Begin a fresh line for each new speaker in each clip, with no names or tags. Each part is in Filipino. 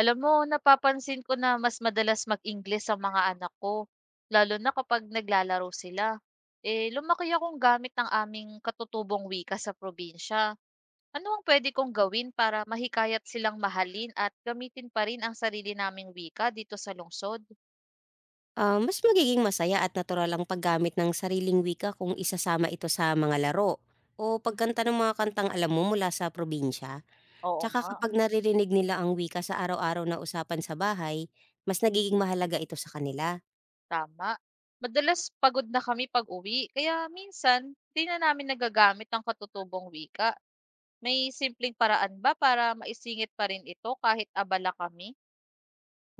Alam mo napapansin ko na mas madalas mag english ang mga anak ko, lalo na kapag naglalaro sila. Eh, lumaki akong gamit ng aming katutubong wika sa probinsya. Ano ang pwede kong gawin para mahikayat silang mahalin at gamitin pa rin ang sarili naming wika dito sa lungsod?
Ah, mas magiging masaya at natural ang paggamit ng sariling wika kung isasama ito sa mga laro o pagkanta ng mga kantang alam mo mula sa probinsya.
Oo
Tsaka
nga,
kapag naririnig nila ang wika sa araw-araw na usapan sa bahay, mas nagiging mahalaga ito sa kanila.
tama. Madalas pagod na kami pag-uwi, kaya minsan di na namin nagagamit ang katutubong wika. May simpleng paraan ba para maisingit pa rin ito kahit abala kami?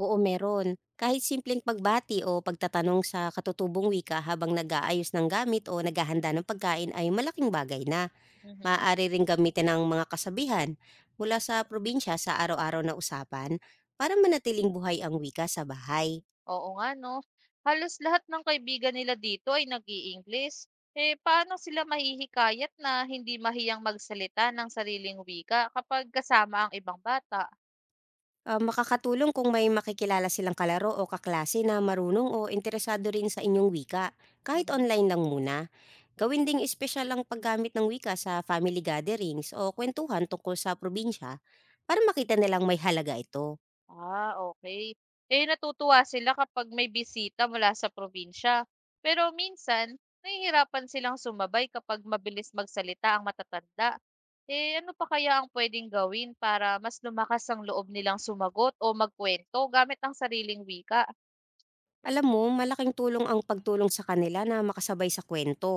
Oo, meron. Kahit simpleng pagbati o pagtatanong sa katutubong wika habang nag-aayos ng gamit o naghahanda ng pagkain ay malaking bagay na.
Mhm.
Maaari ring gamitin ang mga kasabihan mula sa probinsya sa araw-araw na usapan para manatiling buhay ang wika sa bahay.
Oo nga 'no. Halos lahat ng kaibigan nila dito ay nag english. Eh, paano sila mahihikayat na hindi mahiyang magsalita ng sariling wika kapag kasama ang ibang bata?
Ah, makakatulong kung may makikilala silang kalaro o kaklase na marunong o interesado rin sa inyong wika, kahit
Mhm.
online lang muna. Gawin ding espesyal ang paggamit ng wika sa family gatherings o kwentuhan tungkol sa probinsya para makita nilang may halaga ito.
Ah, okay. Eh, natutuwa sila kapag may bisita mula sa probinsya. Pero minsan, nahihirapan silang sumabay kapag mabilis magsalita ang matatanda. Eh, ano pa kaya ang puwedeng gawin para mas lumakas ang loob nilang sumagot o magkuwento gamit ang sariling wika?
Alam mo, malaking tulong ang pagtulong sa kanila na makasabay sa kwento.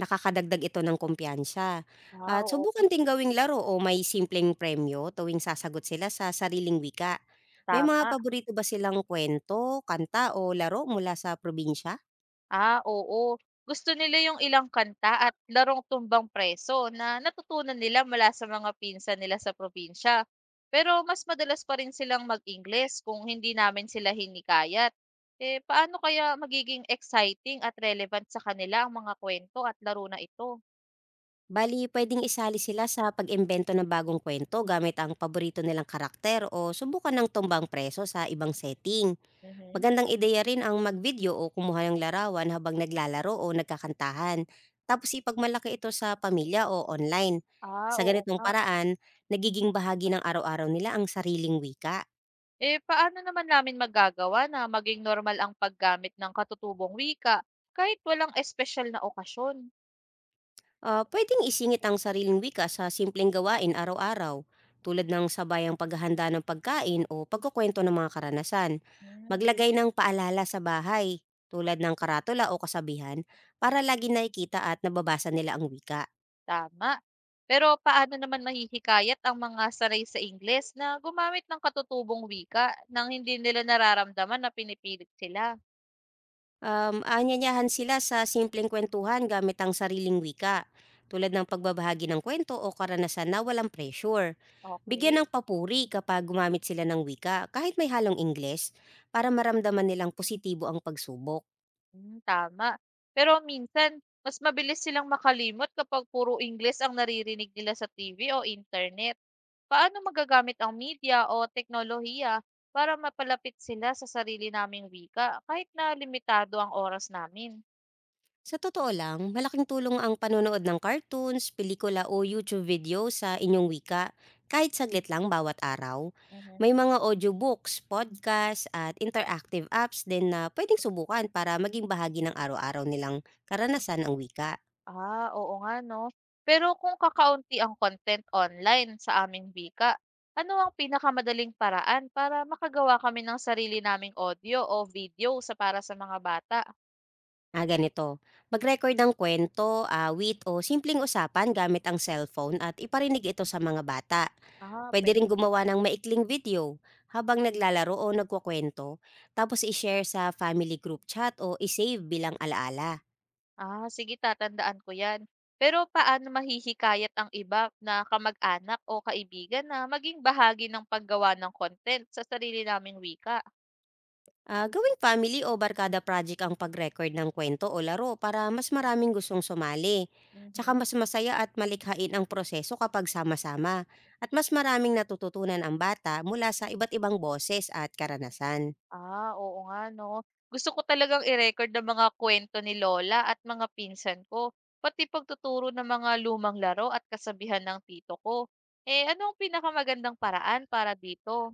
Nakakadagdag ito ng kumpiyansa.
Ah,
At
okey.
subukan din gawing laro o may simpleng premyo tuwing sasagot sila sa sariling wika. May mga
Tama.
paborito ba silang kwento, kanta o laro mula sa probinsya?
Ah, oo. Gusto nila yung ilang kanta at larong tumbang preso na natutunan nila mula sa mga pinsan nila sa probinsya. Pero mas madalas pa rin silang mag-Ingles kung hindi namin sila hinikayat. Eh, paano kaya magiging exciting at relevant sa kanila ang mga kwento at laro na ito?
Bali, pwedeng isali sila sa pag-imbento ng bagong kwento gamit ang paborito nilang karakter o subukan ng tumbang preso sa ibang setting.
Mhm.
Magandang ideya rin ang mag-video o kumuha ng larawan habang naglalaro o nagkakantahan, tapos ipagmalaki ito sa pamilya o online.
Ah,
Sa
oo
ganitong
nga.
paraan, nagiging bahagi ng araw-araw nila ang sariling wika.
Eh, paano naman namin magagawa na maging normal ang paggamit ng katutubong wika kahit walang espesyal na okasyon?
Ah, pwedeng isingit ang sariling wika sa simpleng gawain araw-araw, tulad ng sabayang paghahanda ng pagkain o pagkukwento ng mga karanasan.
Hmm.
Maglagay ng paalala sa bahay, tulad ng karatula o kasabihan, para lagi nakikita at nababasa nila ang wika.
Tama. Pero paano naman mahihikayat ang mga sanay sa Ingles na gumamit ng katutubong wika nang hindi nila nararamdaman na pinipilit sila?
Aanyayahan sila sa simpleng kwentuhan gamit ang sariling wika, tulad ng pagbabahagi ng kwento o karanasan na walang pressure. Bigyan
Okay.
ng papuri kapag gumamit sila ng wika, kahit may halong Ingles, para maramdaman nilang positibo ang pagsubok.
Hmm, tama. Pero minsan, mas mabilis silang makalimot kapag puro Ingles ang naririnig nila sa TV o internet. Paano magagamit ang media o teknolohiya para mapalapit sila sa sarili naming wika kahit na limitado ang oras namin?
Sa totoo lang, malaking tulong ang panonood ng cartoons, pelikula o YouTube video sa inyong wika, kahit saglit lang bawat araw. May
Mhm.
mga audiobooks, podcast at interactive apps din na pwedeng subukan para maging bahagi ng araw-araw nilang karanasan ang wika.
Ah, oo nga 'no. Pero kung kakaunti ang content online sa aming wika, ano ang pinakamadaling paraan para makagawa kami ng sarili naming audio o video sa para sa mga bata?
Ah, ganito. Mag-record ng kwento, awit o simpleng usapan gamit ang cellphone at iparinig ito sa mga bata.
Ah,
Pwede
pwe.
rin gumawa ng maikling video habang naglalaro o nagkukwento, tapos i-share sa family group chat o i-save bilang alaala.
Ah, sige, tatandaan ko 'yan. Pero paano mahihikayat ang iba na kamag-anak o kaibigan na maging bahagi ng paggawa ng content sa sarili naming wika?
Ah, gawing family o barkada project ang pag-record ng kwento o laro para mas maraming gustong sumali. Tsaka
Mhm.
mas masaya at malikhain ang proseso kapag sama-sama at mas maraming natututunan ang bata mula sa iba't ibang boses at karanasan.
Ah, oo nga 'no. Gusto ko talagang i-record ang mga kwento ni Lola at mga pinsan ko, pati pagtuturo ng mga lumang laro at kasabihan ng tito ko. Eh, ano ang pinakamagandang paraan para dito?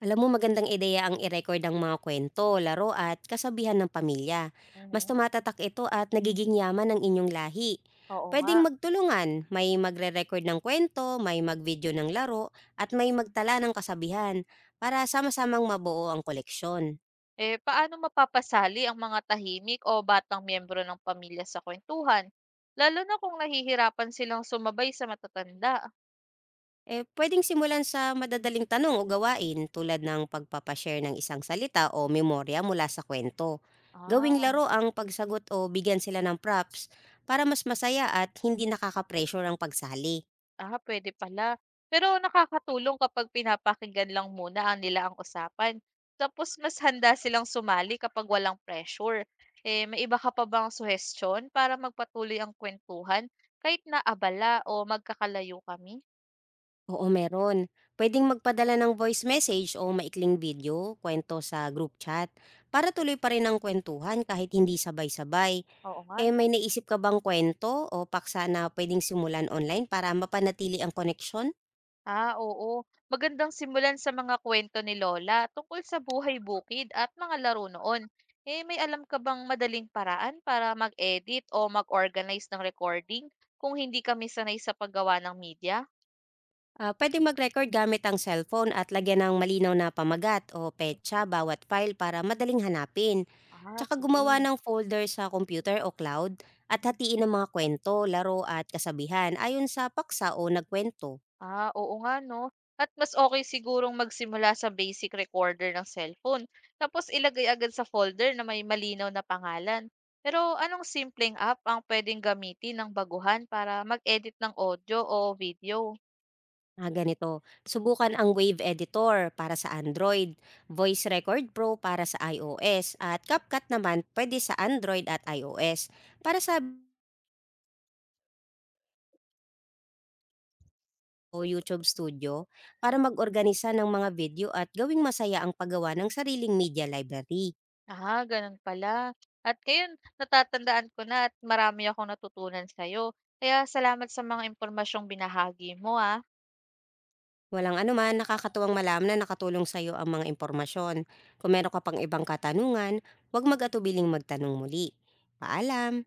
Alam mo, magandang ideya ang i-record ang mga kwento, laro at kasabihan ng pamilya. Mas
Mhm.
tumatatak ito at nagiging yaman ng inyong lahi.
Oo nga.
Pwedeng magtulungan, may magre-record ng kwento, may mag-video ng laro, at may magtala ng kasabihan para sama-samang mabuo ang koleksyon.
Eh, paano mapapasali ang mga tahimik o batang miyembro ng pamilya sa kwentuhan lalo na kung nahihirapan silang sumabay sa matatanda?
Eh, puwedeng simulan sa madadaling tanong o gawain tulad ng pagpapashare ng isang salita o memorya mula sa kwento. Gawing
Ah.
laro ang pagsagot o bigyan sila ng props para mas masaya at hindi nakaka-pressure ang pagsali.
Ah, pwede pala. Pero nakakatulong kapag pinapakinggan lang muna ang nila ang usapan, tapos mas handa silang sumali kapag walang pressure. Eh, may iba ka pa bang suhestyon para magpatuloy ang kuwentuhan kahit na abala o magkakalayo kami?
Oo, meron. Pwedeng magpadala ng voice message o maikling video, kwento sa group chat, para tuloy pa rin ang kwentuhan kahit hindi sabay-sabay.
Oo nga
Eh,
'no.
may naisip ka bang kwento o paksa na pwedeng simulan online para mapanatili ang koneksyon?
Ah, oo. Magandang simulan sa mga kwento ni Lola tungkol sa buhay bukid at mga laro noon. Eh, may alam ka bang madaling paraan para mag-edit o mag-organize ng recording kung hindi kami sanay sa paggawa ng media?
Ah, puwedeng mag-record gamit ang cellphone at lagyan ng malinaw na pamagat o petsa bawat file para madaling hanapin.
Ah,
Tsaka gumawa
sige.
ng folder sa computer o cloud at hatiin ang mga kwento, laro at kasabihan ayon sa paksa o nagkwento.
Ah, oo nga, no? At mas okay sigurong magsimula sa basic recorder ng cellphone. Tapos ilagay agad sa folder na may malinaw na pangalan. Pero anong simpleng app ang pwedeng gamitin ng baguhan para mag-edit ng audio o video?
Ah, ganito. Subukan ang Wave Editor para sa Android, Voice Record Pro para sa iOS, at CapCut naman pwede sa Android at iOS. Para sa o YouTube Studio para mag-organisa ng mga video at gawing masaya ang paggawa ng sariling media library.
Ah, ganun pala. At ngayon, natatandaan ko na at marami akong natutunan sa'yo. Kaya salamat sa mga impormasyong binahagi mo, ah.
Walang anuman, nakakatuwang malaman na nakatulong sa sa'yo ang mga impormasyon. Kung meron ka pang ibang katanungan, huwag mag-atubiling magtanong muli. Paalam!